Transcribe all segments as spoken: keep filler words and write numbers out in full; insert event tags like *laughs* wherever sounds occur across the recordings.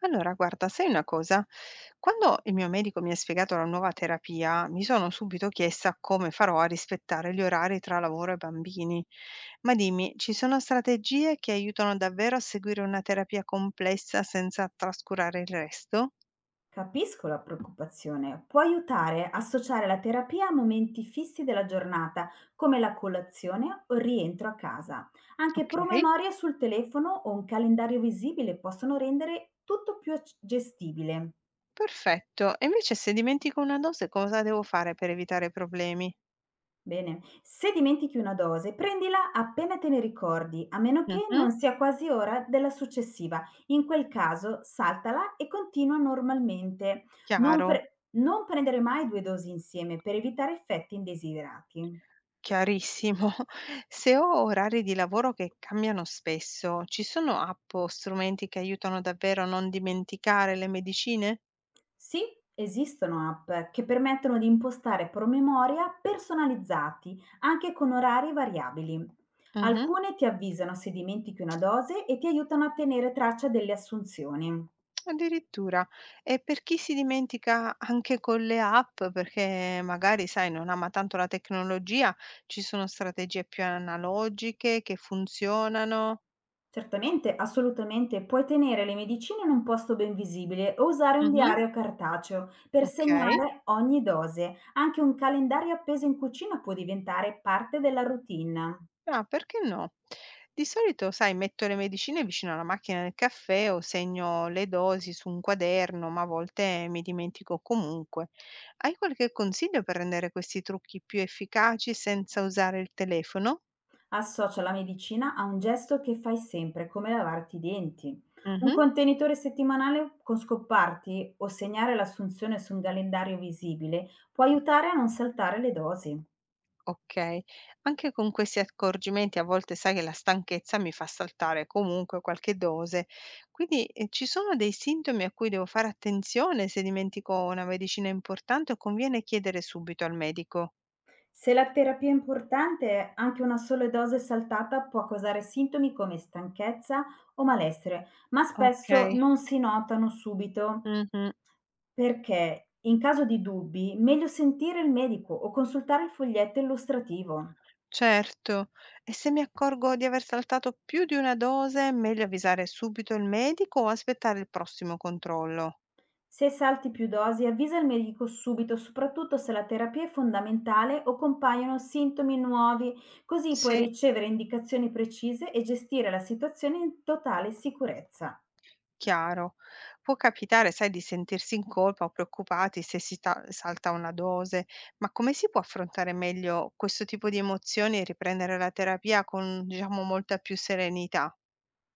Allora, guarda, sai una cosa? Quando il mio medico mi ha spiegato la nuova terapia, mi sono subito chiesta come farò a rispettare gli orari tra lavoro e bambini. Ma dimmi, ci sono strategie che aiutano davvero a seguire una terapia complessa senza trascurare il resto? Capisco la preoccupazione. Può aiutare a associare la terapia a momenti fissi della giornata, come la colazione o il rientro a casa. Anche Ok, promemoria sul telefono o un calendario visibile possono rendere tutto più ac- gestibile. perfetto. E invece se dimentico una dose, cosa devo fare per evitare problemi? Bene, se dimentichi una dose, prendila appena te ne ricordi, a meno che Mhm. non sia quasi ora della successiva. In quel caso, saltala e continua normalmente. Non, Chiaro. pre- non prendere mai due dosi insieme per evitare effetti indesiderati. Chiarissimo. *laughs* Se ho orari di lavoro che cambiano spesso, ci sono app o strumenti che aiutano davvero a non dimenticare le medicine? Sì, esistono app che permettono di impostare promemoria personalizzati, anche con orari variabili. Mhm. Alcune ti avvisano se dimentichi una dose e ti aiutano a tenere traccia delle assunzioni. Addirittura. E per chi si dimentica anche con le app, perché magari, sai, non ama tanto la tecnologia, ci sono strategie più analogiche che funzionano? Certamente, assolutamente, puoi tenere le medicine in un posto ben visibile o usare un Mhm. diario cartaceo per Ok. segnare ogni dose. Anche un calendario appeso in cucina può diventare parte della routine. Ah, perché no? Di solito, sai, metto le medicine vicino alla macchina del caffè o segno le dosi su un quaderno, ma a volte mi dimentico comunque. Hai qualche consiglio per rendere questi trucchi più efficaci senza usare il telefono? Associa la medicina a un gesto che fai sempre, come lavarti i denti. Un Mhm. contenitore settimanale con scopparti o segnare l'assunzione su un calendario visibile può aiutare a non saltare le dosi. Ok, anche con questi accorgimenti a volte sai che la stanchezza mi fa saltare comunque qualche dose, quindi eh, ci sono dei sintomi a cui devo fare attenzione se dimentico una medicina importante o conviene chiedere subito al medico? Se la terapia è importante, anche una sola dose saltata può causare sintomi come stanchezza o malessere, ma spesso Okay, non si notano subito mh-mh, perché in caso di dubbi, meglio sentire il medico o consultare il foglietto illustrativo. certo. E se mi accorgo di aver saltato più di una dose, è meglio avvisare subito il medico o aspettare il prossimo controllo? Se salti più dosi, avvisa il medico subito, soprattutto se la terapia è fondamentale o compaiono sintomi nuovi, così puoi Sì, ricevere indicazioni precise e gestire la situazione in totale sicurezza. chiaro. Può capitare, sai, di sentirsi in colpa o preoccupati se si ta salta una dose, ma come si può affrontare meglio questo tipo di emozioni e riprendere la terapia con, diciamo, molta più serenità?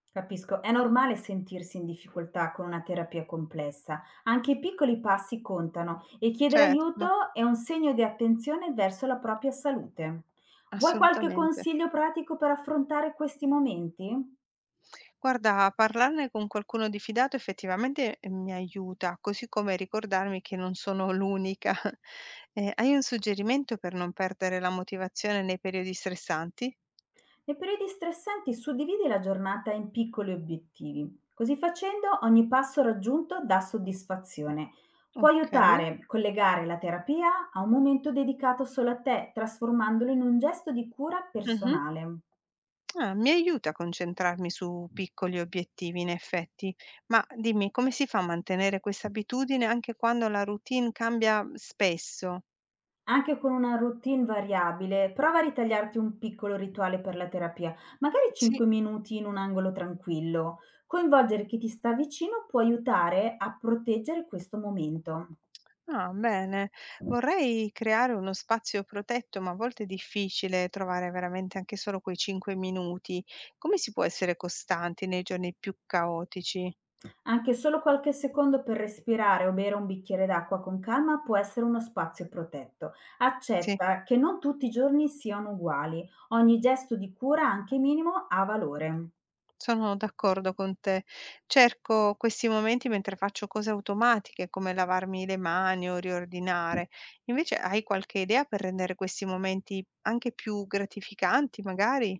Capisco, è normale sentirsi in difficoltà con una terapia complessa. Anche i piccoli passi contano e chiedere Certo, aiuto è un segno di attenzione verso la propria salute. Vuoi qualche assolutamente. consiglio pratico per affrontare questi momenti? Guarda, parlarne con qualcuno di fidato effettivamente eh, mi aiuta, così come ricordarmi che non sono l'unica. *laughs* Eh, hai un suggerimento per non perdere la motivazione nei periodi stressanti? Nei periodi stressanti suddividi la giornata in piccoli obiettivi. Così facendo ogni passo raggiunto dà soddisfazione. Può Ok. aiutare a collegare la terapia a un momento dedicato solo a te, trasformandolo in un gesto di cura Mhm. personale. Ah, mi aiuta a concentrarmi su piccoli obiettivi, in effetti. Ma dimmi, come si fa a mantenere questa abitudine anche quando la routine cambia spesso? Anche con una routine variabile, prova a ritagliarti un piccolo rituale per la terapia, magari Sì. cinque minuti in un angolo tranquillo. Coinvolgere chi ti sta vicino può aiutare a proteggere questo momento. Ah, bene. Vorrei creare uno spazio protetto, ma a volte è difficile trovare veramente anche solo quei cinque minuti. Come si può essere costanti nei giorni più caotici? Anche solo qualche secondo per respirare o bere un bicchiere d'acqua con calma può essere uno spazio protetto. Sì, Accetta che non tutti i giorni siano uguali, ogni gesto di cura, anche minimo, ha valore. sono d'accordo con te. Cerco questi momenti mentre faccio cose automatiche, come lavarmi le mani o riordinare. Invece hai qualche idea per rendere questi momenti anche più gratificanti, magari?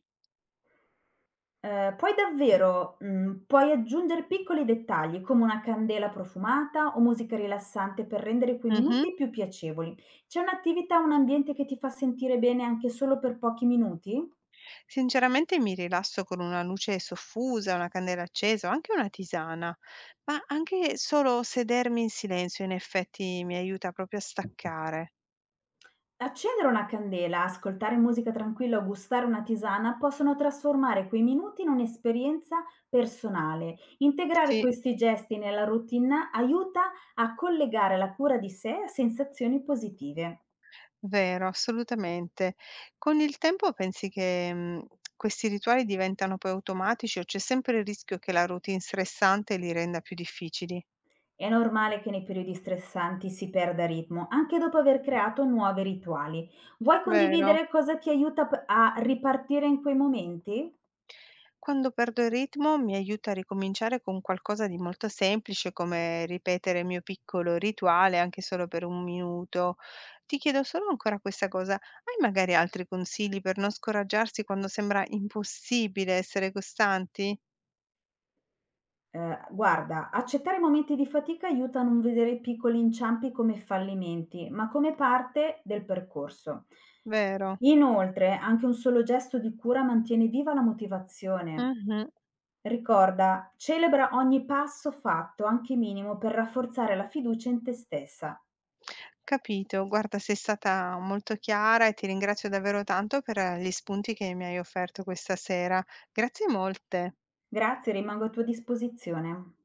Ehm, puoi davvero mhmm, puoi aggiungere piccoli dettagli, come una candela profumata o musica rilassante per rendere quei Mhm. minuti più piacevoli. C'è un'attività, un ambiente che ti fa sentire bene anche solo per pochi minuti? Sinceramente mi rilasso con una luce soffusa, una candela accesa o anche una tisana, ma anche solo sedermi in silenzio in effetti mi aiuta proprio a staccare. Accendere una candela, ascoltare musica tranquilla o gustare una tisana possono trasformare quei minuti in un'esperienza personale. Integrare Sì, questi gesti nella routine aiuta a collegare la cura di sé a sensazioni positive. vero, assolutamente. Con il tempo pensi che mm, questi rituali diventano poi automatici o c'è sempre il rischio che la routine stressante li renda più difficili? È normale che nei periodi stressanti si perda ritmo, anche dopo aver creato nuovi rituali. Vuoi Vero? condividere cosa ti aiuta p- a ripartire in quei momenti? Quando perdo il ritmo mi aiuta a ricominciare con qualcosa di molto semplice, come ripetere il mio piccolo rituale anche solo per un minuto. Ti chiedo solo ancora questa cosa, hai magari altri consigli per non scoraggiarsi quando sembra impossibile essere costanti? Eh, guarda, accettare momenti di fatica aiuta a non vedere i piccoli inciampi come fallimenti, ma come parte del percorso. Vero? Inoltre, anche un solo gesto di cura mantiene viva la motivazione. Mhm. Ricorda, celebra ogni passo fatto, anche minimo, per rafforzare la fiducia in te stessa. Capito, guarda, sei stata molto chiara e ti ringrazio davvero tanto per gli spunti che mi hai offerto questa sera. Grazie molte. Grazie, rimango a tua disposizione.